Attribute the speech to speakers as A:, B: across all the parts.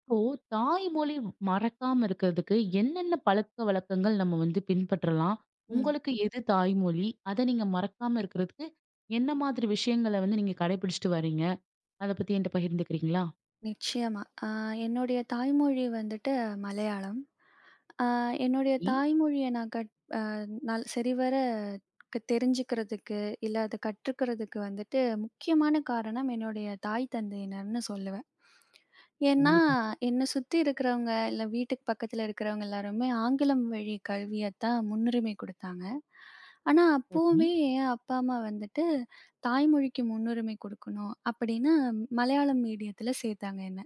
A: இப்போ தாய்மொழி மறக்காம இருக்கிறதுக்கு என்னென்ன பழக்க வழக்கங்கள் நம்ம பின்பற்றலாம்?
B: ம்.
A: உங்களுக்கு எது தாய்மொழி? அத நீங்க மறக்காம இருக்கிறதுக்கு என்ன மாதிரி விஷயங்கள நீங்க கடைபிடிச்சுட்டு வரீங்க? அத பத்தி என்ட்ட பகிர்ந்துக்கிறீங்களா?
B: நிச்சயமா. என்னுடைய தாய்மொழி வந்துட்டு மலையாளம். ஆ என்னுடைய
A: சரி.
B: தாய்மொழிய நான் கட் அ நல் சரிவர தெரிஞ்சுக்கிறதுக்கு, இல்ல அத கற்றுக்கிறதுக்கு வந்துட்டு முக்கியமான காரணம் என்னுடைய தாய், தந்தையினர்ன்னு சொல்லுவேன். ஏன்னா,
A: கண்டிப்பா.
B: என்ன சுத்தி இருக்கிறவங்க, இல்ல வீட்டுக்கு பக்கத்துல இருக்கிறவங்க எல்லாருமே ஆங்கிலம் வழி கல்வியத்தான் முன்னுரிமை குடுத்தாங்க. ஆனா,
A: சரி.
B: அப்பவுமே என் அப்பா, அம்மா வந்துட்டு தாய்மொழிக்கு முன்னுரிமை குடுக்கணும், அப்படின்னு மலையாளம் மீடியத்துல சேத்தாங்க என்ன.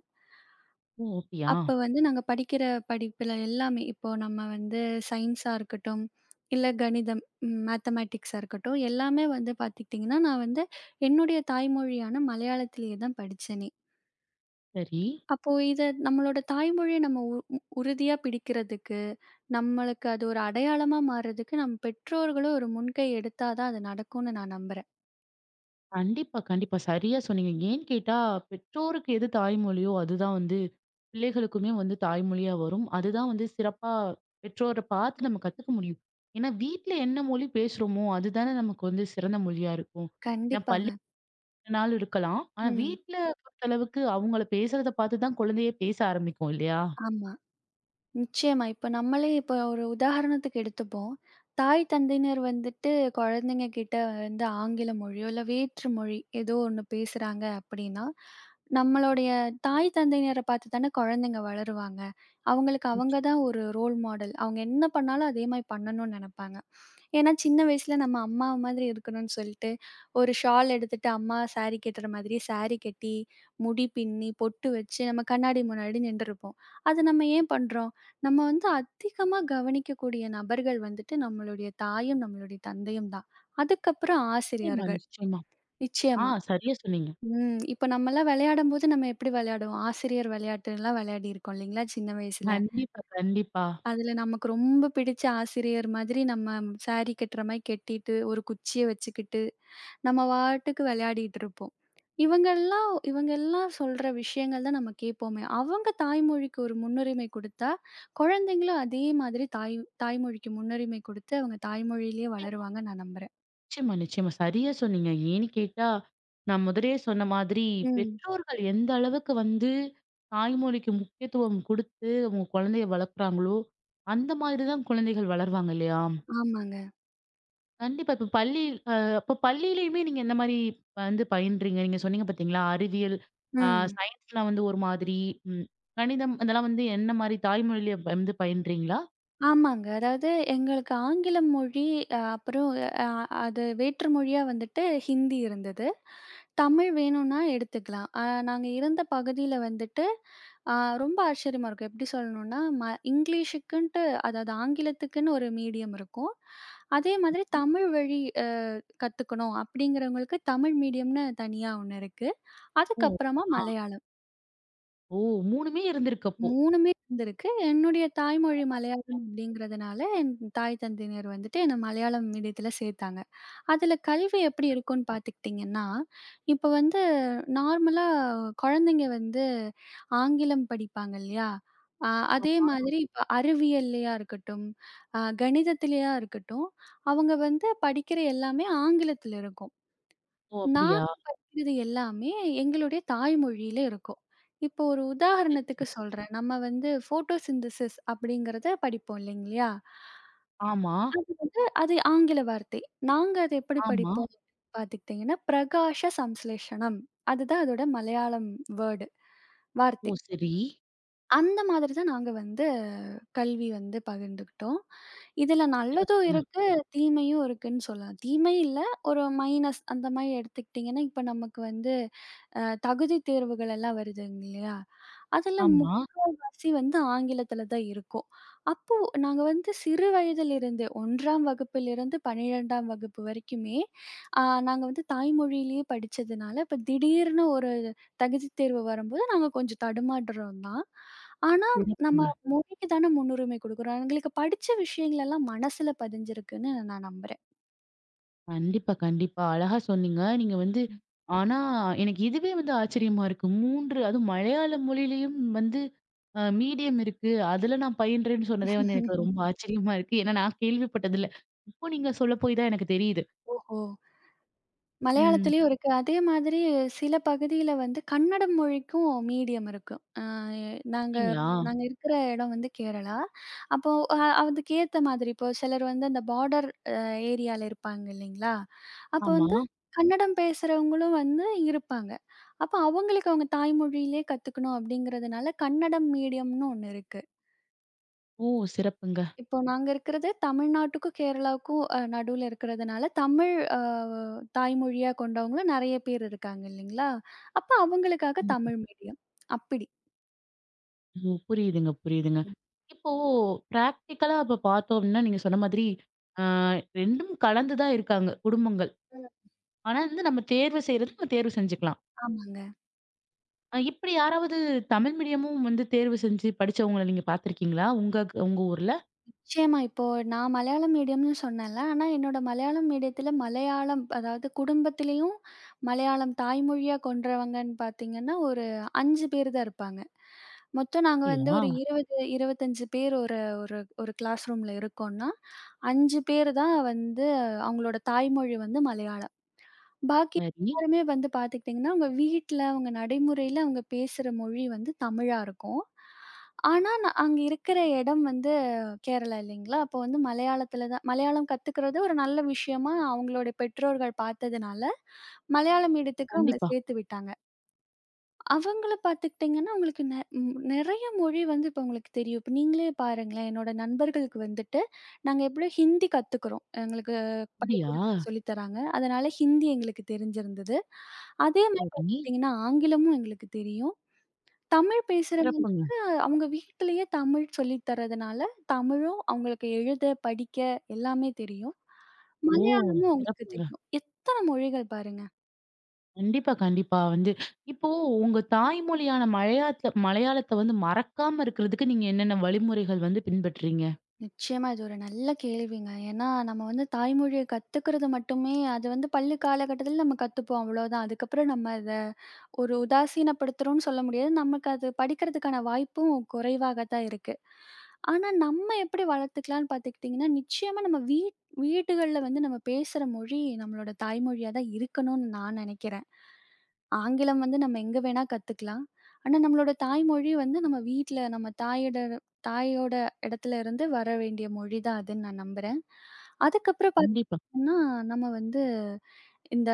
A: ஓ! அப்படியா?
B: அப்ப வந்து நாங்க படிக்கிற படிப்புல எல்லாமே, இப்போ நம்ம வந்து சயின்ஸா இருக்கட்டும், இல்ல கணிதம், மேத்தமேட்டிக்ஸா இருக்கட்டும், எல்லாமே வந்து பார்த்துக்கிட்டிங்கன்னா, நான் வந்து என்னுடைய தாய்மொழியான மலையாளத்திலேயே தான் படிச்சேனே.
A: சரி.
B: அப்போ இத நம்மளோட தாய்மொழிய நம்ம உ உ உறுதியா பிடிக்கிறதுக்கு, நம்மளுக்கு அது ஒரு அடையாளமா மாறுறதுக்கு, நம்ம பெற்றோர்களும் ஒரு முன்கை எடுத்தா தான் அது நடக்கும்னு நான் நம்புறேன்.
A: கண்டிப்பா, கண்டிப்பா. சரியா சொன்னீங்க. ஏன்னு கேட்டா, பெற்றோருக்கு எது தாய்மொழியோ அதுதான் பிள்ளைகளுக்குமே தாய்மொழியா வரும். அதுதான் சிறப்பா பெற்றோர பார்த்து நம்ம கத்துக்க முடியும். ஏன்னா வீட்ல என்ன மொழி பேசுறோமோ, அதுதானே நமக்கு சிறந்த மொழியா இருக்கும். ஏன்னா பள்ளி
B: கண்டிப்பாங்க.
A: வேணாலும் இருக்கலாம். ஆனா
B: ம்.
A: வீட்ல பொறுத்தளவுக்கு அவங்கள பேசுறத பார்த்து தான் குழந்தையே பேச ஆரம்பிக்கும் இல்லையா?
B: ஆமா. நிச்சயமா. இப்ப நம்மளே இப்ப ஒரு உதாரணத்துக்கு எடுத்துப்போம். தாய், தந்தையினர் வந்துட்டு குழந்தைங்க கிட்ட வந்து ஆங்கில மொழியோ, இல்ல வேற்று மொழி ஏதோ ஒண்ணு பேசுறாங்க அப்படின்னா, நம்மளுடைய தாய், தந்தையினர பார்த்து தானே குழந்தைங்க வளருவாங்க. அவங்களுக்கு அவங்க தான் ஒரு ரோல் மாடல். அவங்க என்ன பண்ணாலும் அதே மாரி பண்ணணும்னு நெனைப்பாங்க. ஏன்னா, சின்ன வயசுல நம்ம அம்மா மாதிரி இருக்கணும்னு சொல்லிட்டு, ஒரு ஷால் எடுத்துட்டு அம்மா சாரி கட்டுற மாதிரி சாரி கட்டி, முடி பின்னி, பொட்டு வச்சு நம்ம கண்ணாடி முன்னாடி நின்டுருப்போம். அது நம்ம ஏன் பண்றோம்? நம்ம வந்து அதிகமா கவனிக்கக்கூடிய நபர்கள் வந்துட்டு நம்மளுடைய தாயும், நம்மளுடைய தந்தையும் தான். அதுக்கப்புறம்
A: நிச்சயமா,
B: ஆசிரியர்கள்.
A: நிச்சயமா. ஆ,
B: நிச்சயமா.
A: சரியா சொன்னீங்க.
B: ம். இப்ப நம்மலாம் விளையாடும்போது நம்ம எப்படி விளையாடுவோம்? ஆசிரியர் விளையாட்டுலாம் விளையாடியிருக்கோம் இல்லைங்களா? சின்ன வயசுல.
A: கண்டிப்பா, கண்டிப்பா.
B: அதுல நமக்கு ரொம்ப பிடிச்ச ஆசிரியர் மாதிரி நம்ம சாரி கட்டுற மாரி கட்டிட்டு, ஒரு குச்சிய வச்சுக்கிட்டு நம்ம பாட்டுக்கு விளையாடிட்டு இருப்போம். இவங்கெல்லாம் இவங்கெல்லாம் சொல்ற விஷயங்கள் தான் நம்ம கேட்போமே! அவங்க தாய்மொழிக்கு ஒரு முன்னுரிமை குடுத்தா, குழந்தைங்களும் அதே மாதிரி தாய்மொழிக்கு முன்னுரிமை குடுத்து, அவங்க தாய்மொழியிலேயே வளருவாங்கன்னு நான் நம்புறேன்.
A: நிச்சயமா, நிச்சயமா. சரியா சொன்னீங்க. ஏன்னு கேட்டா, நான் முதலயே சொன்ன மாதிரி
B: ம்.
A: பெற்றோர்கள் எந்த அளவுக்கு தாய்மொழிக்கு முக்கியத்துவம் குடுத்து அவங்க குழந்தைய வளர்க்குறாங்களோ, அந்த மாதிரி தான் குழந்தைகள் வளருவாங்க இல்லையா?
B: ஆமாங்க.
A: கண்டிப்பா. இப்ப பள்ளி அ அப்ப பள்ளியிலயுமே நீங்க எந்த மாரி பயின்றீங்க? நீங்க சொன்னீங்க பார்த்தீங்களா? அறிவியல், அ
B: ம்.
A: சயின்ஸ்லாம் ஒரு மாதிரி, ம் கணிதம் அதெல்லாம் என்ன மாரி தாய்மொழியில பயின்றீங்களா?
B: ஆமாங்க. அதாவது எங்களுக்கு ஆங்கிலம் மொழி, அப்புறம் அ அது வேற்று மொழியா வந்துட்டு ஹிந்தி இருந்தது. தமிழ் வேணும்னா எடுத்துக்கலாம். நாங்க இருந்த பகுதியில வந்துட்டு அ ரொம்ப ஆச்சரியமா இருக்கும். எப்படி சொல்லணும்னா, இங்கிலீஷுக்குன்ட்டு அதாவது ஆங்கிலத்துக்குன்னு ஒரு மீடியம் இருக்கும். அதே மாதிரி தமிழ் வழி கத்துக்கணும் அப்படிங்கிறவங்களுக்கு தமிழ் மீடியம்னு தனியா ஒண்ணு இருக்கு.
A: ஓ!
B: அதுக்கப்புறமா
A: ஆ.
B: மலையாளம்.
A: ஓ! 3மே இருந்திருக்கு அப்போ.
B: 3மே இருந்திருக்கு. என்னுடைய தாய்மொழி மலையாளம் அப்படிங்கிறதுனால, என் தாய் தந்தையினர் வந்துட்டு என்ன மலையாளம் மீடியத்தில சேர்த்தாங்க. அதில கல்வி எப்படி இருக்கும்ன்னு பார்த்துக்கிட்டிங்கன்னா, இப்ப வந்து நார்மலா குழந்தைங்க வந்து ஆங்கிலம் படிப்பாங்க இல்லையா? அ அதே
A: ஆமா.
B: மாதிரி இப்ப அறிவியல்லயா இருக்கட்டும், கணிதத்திலயா இருக்கட்டும், அவங்க வந்து படிக்கிற எல்லாமே ஆங்கிலத்தில இருக்கும்.
A: ஓ!
B: நான்
A: அப்படியா?
B: இது எல்லாமே எங்களுடைய தாய்மொழியில இருக்கும். இப்போ ஒரு
A: சரி,
B: உதாரணத்துக்கு
A: சரி.
B: சொல்றேன். நம்ம வந்து ஃபோட்டோசிந்தசிஸ் அப்படிங்கிறத படிப்போம் இல்லைங்களா?
A: ஆமா.
B: அது வந்து அது ஆங்கில வார்த்தை. நாங்க அத எப்படி
A: ஆமா.
B: படிப்போம்? பார்த்துக்கிட்டிங்கன்னா, பிரகாஷ சம்ஸ்லேஷனம். அதுதான் அதோட மலையாளம் வேர்டு வார்த்தை.
A: ஓ! சரி.
B: அந்த மாதிரி தான் நாங்க வந்து கல்வி வந்து பகிர்ந்துக்கிட்டோம். இதுல நல்லதும்
A: சிறப்புங்க.
B: இருக்கு, தீமையும் இருக்குன்னு சொல்லலாம். தீமை இல்ல, ஒரு மைனஸ் அந்த மாரி எடுத்துக்கிட்டிங்கன்னா, இப்ப நமக்கு வந்து அ தகுதி தேர்வுகள் எல்லாம் வருதுங்க இல்லையா? அதுல
A: ஆமா.
B: முக்காவாசி வந்து ஆங்கிலத்தில தான் இருக்கும். அப்போ நாங்க வந்து சிறு வயதிலிருந்து 1ஆம் வகுப்பிலிருந்து 12ஆம் வகுப்பு வரைக்குமே, அ நாங்க வந்து தாய்மொழியிலேயே படிச்சதுனால, இப்ப திடீர்னு ஒரு தகுதித் தேர்வு வரும்போது நாங்க கொஞ்சம் தடுமாறுறோம் தான். ஆனா, நம்ம
A: சிறப்புங்க.
B: மொழிக்கு தான முன்னுரிமை குடுக்குறோம். எங்களுக்கு படிச்ச விஷயங்கள் எல்லாம் மனசுல பதிஞ்சிருக்குன்னு நான் நம்புறேன்.
A: கண்டிப்பா, கண்டிப்பா. அழகா சொன்னீங்க. நீங்க ஆனா எனக்கு இதுவே ஆச்சரியமா இருக்கு. 3 அதுவும் மலையாள மொழியிலயும் அ மீடியம் இருக்கு. அதுல நான் பயின்றேன்னு சொன்னதே எனக்கு ரொம்ப ஆச்சரியமா இருக்கு. ஏன்னா நான் கேள்விப்பட்டதில்ல. இப்போ நீங்க சொல்ல போய் தான் எனக்கு தெரியுது.
B: ஓஹோ!
A: ம்.
B: மலையாளத்திலயும் இருக்கு. அதே மாதிரி சில பகுதியில வந்து கன்னடம் மொழிக்கும் மீடியம் இருக்கும். அ நாங்க
A: அப்படிங்களா?
B: நாங்க இருக்கிற இடம் வந்து கேரளா. அப்போ அதுக்கேத்த மாதிரி இப்போ சிலர் வந்து அந்த பார்டர் ஏரியால இருப்பாங்க இல்லைங்களா? அப்போ
A: ஆமா.
B: வந்து கன்னடம் பேசுறவங்களும் வந்து இருப்பாங்க. அப்ப அவங்களுக்கு அவங்க தாய்மொழியிலே கத்துக்கணும் அப்படிங்கிறதுனால கன்னடம் மீடியம்னு ஒண்ணு இருக்கு.
A: ஓ! சிறப்புங்க.
B: இப்போ நாங்க இருக்கிறது தமிழ்நாட்டுக்கும், கேரளாவுக்கும் நடுவுல இருக்கிறதுனால, தமிழ் அ தாய்மொழியா கொண்டவங்களும் நெறைய பேர் இருக்காங்க இல்லைங்களா? அப்ப அவங்களுக்காக
A: ம்.
B: தமிழ் மீடியம். அப்படி.
A: ம். புரியுதுங்க, புரியுதுங்க. இப்போ பிராக்டிகலா அப்ப பார்த்தோம் அப்படின்னா, நீங்க சொன்ன மாதிரி அ 2ம் கலந்து தான் இருக்காங்க குடும்பங்கள்.
B: ம்.
A: ஆனா நம்ம தேர்வு செய்றது நம்ம தேர்வு செஞ்சுக்கலாம்.
B: ஆமாங்க.
A: இப்படி யாராவது தமிழ் மீடியமும் தேர்வு செஞ்சு படிச்சவங்கள நீங்க பார்த்துருக்கீங்களா? உங்க உங்க ஊர்ல?
B: நிச்சயமா. இப்போ நான் மலையாளம் மீடியம்னு சொன்னேன்ல. ஆனா என்னோட மலையாளம் மீடியத்துல மலையாளம் அதாவது குடும்பத்திலயும் மலையாளம் தாய்மொழியா கொண்டவங்கன்னு பார்த்தீங்கன்னா, ஒரு 5 பேர் தான் இருப்பாங்க. மொத்தம் நாங்க வந்து
A: அப்படியா?
B: ஒரு 20, 25 பேர் ஒரு ஒரு ஒரு கிளாஸ் ரூம்ல இருக்கோம்னா, 5 பேர் தான் வந்து அவங்களோட தாய்மொழி வந்து மலையாளம். பாக்கி
A: சரி.
B: எல்லாருமே வந்து பாத்துக்கிட்டீங்கன்னா, அவங்க வீட்ல, அவங்க நடைமுறையில அவங்க பேசுற மொழி வந்து தமிழா இருக்கும். ஆனா, நான் அங்க இருக்கிற இடம் வந்து கேரளா இல்லைங்களா? அப்போ வந்து மலையாளத்தில தான் மலையாளம் கத்துக்கிறது ஒரு நல்ல விஷயமா அவங்களுடைய பெற்றோர்கள் பாத்ததுனால, மலையாள மீடியத்துக்கு அவங்கள
A: கண்டிப்பா.
B: சேர்த்து விட்டாங்க. அவங்கள பார்த்துக்கிட்டிங்கன்னா, உங்களுக்கு நெ ம் நெறைய மொழி வந்து இப்ப உங்களுக்கு தெரியும். இப்ப நீங்களே பாருங்களேன், என்னோட நண்பர்களுக்கு வந்துட்டு நாங்க எப்படியோ ஹிந்தி கத்துக்கிறோம். எங்களுக்கு
A: அப்படியா?
B: பள்ளிக்கூடத்தில சொல்லி தராங்க. அதனால ஹிந்தி எங்களுக்கு தெரிஞ்சிருந்தது. அதே மாரி
A: சரி.
B: பார்த்துக்கிட்டிங்கன்னா, ஆங்கிலமும் எங்களுக்கு தெரியும். தமிழ் பேசுறவங்களுக்கு
A: சிறப்புங்க.
B: அவங்க வீட்டிலேயே தமிழ் சொல்லி தர்றதுனால, தமிழும் அவங்களுக்கு எழுத, படிக்க எல்லாமே தெரியும்.
A: ஓ!
B: மலையாளமும் அவங்களுக்கு
A: சிறப்புங்க.
B: தெரியும். எத்தன மொழிகள் பாருங்க!
A: கண்டிப்பா, கண்டிப்பா. இப்போ உங்க தாய்மொழியான மலையாளத்த மலையாளத்த மறக்காம இருக்கிறதுக்கு நீங்க என்னென்ன வழிமுறைகள் பின்பற்றீங்க?
B: நிச்சயமா இது ஒரு நல்ல கேள்விங்க. ஏன்னா, நம்ம வந்து தாய்மொழிய கத்துக்கிறது மட்டுமே அது வந்து பள்ளி காலகட்டத்தில நம்ம கத்துப்போம் அவ்வளோதான். அதுக்கப்புறம் நம்ம அத ஒரு உதாசீனப்படுத்துறோம்னு சொல்ல முடியாது. நமக்கு அது படிக்கிறதுக்கான வாய்ப்பும் குறைவாக தான் இருக்கு. ஆனா, நம்ம எப்படி வளர்த்துக்கலாம்னு பார்த்துக்கிட்டிங்கன்னா, நிச்சயமா நம்ம வீடுகள்ல வந்து நம்ம பேசுற மொழி நம்மளோட தாய்மொழியா தான் இருக்கணும்னு நான் நெனைக்கிறேன். ஆங்கிலம் வந்து நம்ம எங்க வேணா கத்துக்கலாம். ஆனா, நம்மளோட தாய்மொழி வந்து நம்ம வீட்ல நம்ம தாயோட இடத்துல இருந்து வர வேண்டிய மொழி தான் அதுன்னு நான் நம்புறேன். அதுக்கப்புறம்
A: கண்டிப்பா.
B: பார்த்தீங்கன்னா, நம்ம வந்து இந்த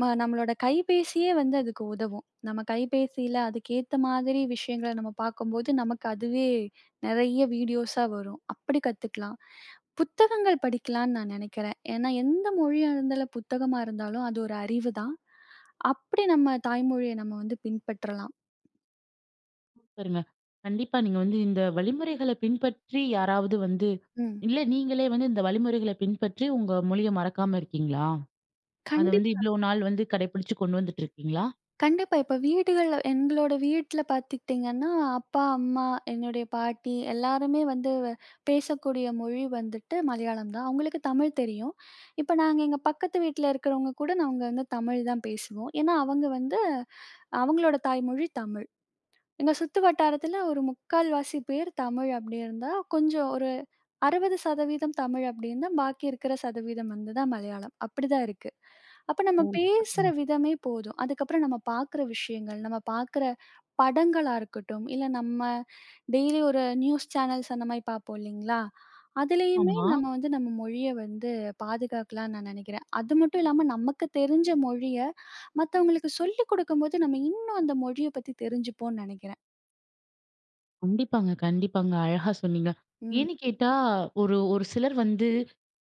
B: ம நம்மளோட கைபேசியே வந்து அதுக்கு உதவும். நம்ம கைபேசியில அதுக்கேத்த மாதிரி விஷயங்கள நம்ம பார்க்கும்போது, நமக்கு அதுவே நெறைய வீடியோஸா வரும். அப்படி கத்துக்கலாம். புத்தகங்கள் படிக்கலான்னு நான் நெனைக்கிறேன். ஏன்னா, எந்த மொழியா இருந்தாலும், புத்தகமா இருந்தாலும் அது ஒரு அறிவு தான். அப்படி நம்ம தாய்மொழிய நம்ம வந்து பின்பற்றலாம்.
A: பாருங்க. கண்டிப்பா நீங்க இந்த வழிமுறைகள பின்பற்றி யாராவது
B: ம்.
A: இல்ல நீங்களே இந்த வழிமுறைகள பின்பற்றி உங்க மொழிய மறக்காம இருக்கீங்களா? அத
B: கண்டிப்பா.
A: இவ்வளோ நாள் கடைப்பிடிச்சு கொண்டு வந்துட்டு இருக்கீங்களா?
B: கண்டிப்பா. இப்ப வீடுகள்ல எங்களோட வீட்ல பார்த்துக்கிட்டிங்கன்னா, அப்பா, அம்மா, என்னுடைய பாட்டி எல்லாருமே வந்து பேசக்கூடிய மொழி வந்துட்டு மலையாளம் தான். அவங்களுக்கு தமிழ் தெரியும். இப்ப நாங்க எங்க பக்கத்து வீட்ல இருக்கிறவங்க கூட நாங்க வந்து தமிழ் தான் பேசுவோம். ஏன்னா அவங்க வந்து அவங்களோட தாய்மொழி தமிழ். எங்க சுத்து வட்டாரத்துல ஒரு 3/4 பேர் தமிழ் அப்படி இருந்தா, கொஞ்சம் ஒரு 60% தமிழ் அப்படின்னா, பாக்கி இருக்கிற சதவீதம் வந்து தான் மலையாளம். அப்படிதான் இருக்கு. அப்ப நம்ம
A: ஓ!
B: பேசுற
A: சிறப்புங்க.
B: விதமே போதும். அதுக்கப்புறம் நம்ம பாக்குற விஷயங்கள், நம்ம பாக்குற படங்களா இருக்கட்டும், இல்ல நம்ம டெய்லி ஒரு நியூஸ் சேனல்ஸ் அந்த மாரி பாப்போம் இல்லைங்களா? அதுலயுமே
A: ஆமா.
B: நம்ம வந்து நம்ம மொழிய வந்து பாதுகாக்கலாம்னு நான் நினைக்கிறேன். அது மட்டும் இல்லாம நமக்கு தெரிஞ்ச மொழிய மத்தவங்களுக்கு சொல்லிக் குடுக்கும்போது, நம்ம இன்னும் அந்த மொழிய பத்தி தெரிஞ்சுப்போம்னு நினைக்கிறேன்.
A: கண்டிப்பாங்க, கண்டிப்பாங்க. அழகா சொன்னீங்க.
B: ம்,
A: ஏன்னு கேட்டா, ஒரு ஒரு சிலர்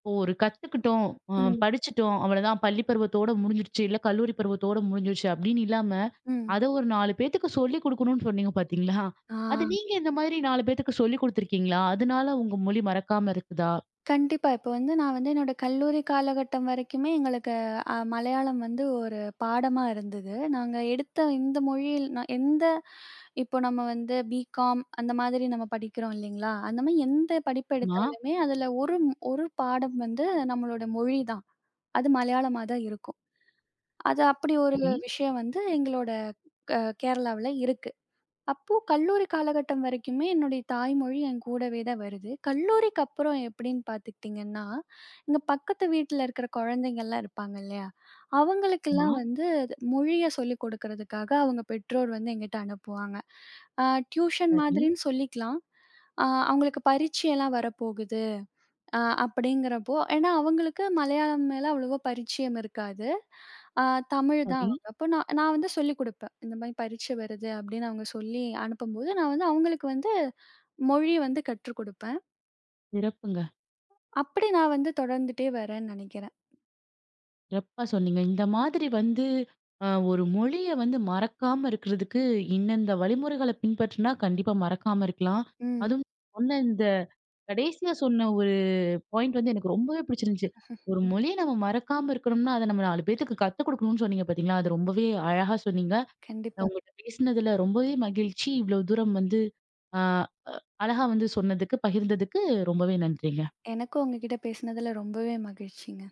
A: இப்போ ஒரு கத்துக்கிட்டோம், அ
B: ம்,
A: படிச்சுட்டோம் அவ்வளதான் பள்ளி பருவத்தோட முடிஞ்சிருச்சு, இல்ல கல்லூரி பருவத்தோட முடிஞ்சிருச்சு அப்படின்னு இல்லாம,
B: ம்.
A: அத ஒரு 4 பேத்துக்கு சொல்லிக் குடுக்கணும்னு சொன்னீங்க பார்த்தீங்களா?
B: ஆ.
A: அது நீங்க இந்த மாதிரி 4 பேத்துக்கு சொல்லிக் குடுத்துருக்கீங்களா? அதனால உங்க மொழி மறக்காம இருக்குதா?
B: கண்டிப்பா. இப்ப வந்து நான் வந்து என்னோட கல்லூரி காலகட்டம் வரைக்குமே எங்களுக்கு மலையாளம் வந்து ஒரு பாடமா இருந்தது. நாங்க எடுத்த இந்த மொழியில் நா எந்த இப்போ நம்ம வந்து பிகாம் அந்த மாதிரி நம்ம படிக்கிறோம் இல்லைங்களா? அந்த மாரி எந்த படிப்பு
A: மா,
B: எடுத்தாலுமே அதுல ஒரு ஒரு பாடம் வந்து நம்மளோட மொழி தான். அது மலையாளமா தான் இருக்கும். அது அப்படி ஒரு
A: சரி,
B: விஷயம் வந்து எங்களோட க கேரளாவுல இருக்கு. அப்போ கல்லூரி காலகட்டம் வரைக்குமே என்னுடைய தாய்மொழி என் கூடவே தான் வருது. கல்லூரிக்கு அப்புறம் எப்படின்னு பார்த்துக்கிட்டிங்கன்னா, இங்க பக்கத்து வீட்ல இருக்கிற குழந்தைங்கலாம் இருப்பாங்க இல்லையா? அவங்களுக்கெல்லாம்
A: மா,
B: வந்து மொழிய சொல்லிக் கொடுக்கிறதுக்காக அவங்க பெற்றோர் வந்து எங்கிட்ட அனுப்புவாங்க. அ டியூஷன்
A: சரி,
B: மாதிரின்னு சொல்லிக்கலாம். அ அவங்களுக்கு பரீட்சையெல்லாம் வரப்போகுது. ஆ அப்படிங்கிறப்போ ஏன்னா அவங்களுக்கு மலையாளம் மேல அவ்வளவா பரிச்சயம் இருக்காது. ஆ தமிழ் தான்
A: சரி.
B: அவங்க. அப்போ நான் நான் வந்து சொல்லிக் குடுப்பேன். இந்த மாரி பரீட்சை வருது அப்படின்னு அவங்க சொல்லி அனுப்பும்போது, நான் வந்து அவங்களுக்கு வந்து மொழி வந்து கற்றுக் குடுப்பேன்.
A: சிறப்புங்க.
B: அப்படி நான் வந்து தொடர்ந்துட்டே வரேன்னு நெனைக்கிறேன்.
A: சிறப்பா சொன்னீங்க. இந்த மாதிரி ஒரு மொழிய மறக்காம இருக்கிறதுக்கு இன்னந்த வழிமுறைகள பின்பற்றினா கண்டிப்பா மறக்காம இருக்கலாம்.
B: ம்.
A: அதுவும் சொன்ன இந்த கடைசியா சொன்ன ஒரு பாயிண்ட் எனக்கு ரொம்பவே பிடிச்சிருந்துச்சு. ஒரு மொழிய நம்ம மறக்காம இருக்கணும்னா, அத நம்ம 4 பேத்துக்கு கத்துக் குடுக்கணும்னு சொன்னீங்க பார்த்தீங்களா? அது ரொம்பவே அழகா சொன்னீங்க.
B: கண்டிப்பா.
A: உங்கள்ட்ட பேசினதுல ரொம்பவே மகிழ்ச்சி. இவ்வளவு தூரம் வந்து, ஆ அழகா சொன்னதுக்கு, பகிர்ந்ததுக்கு ரொம்பவே நன்றிங்க.
B: எனக்கும் உங்ககிட்ட பேசினதுல ரொம்பவே மகிழ்ச்சிங்க.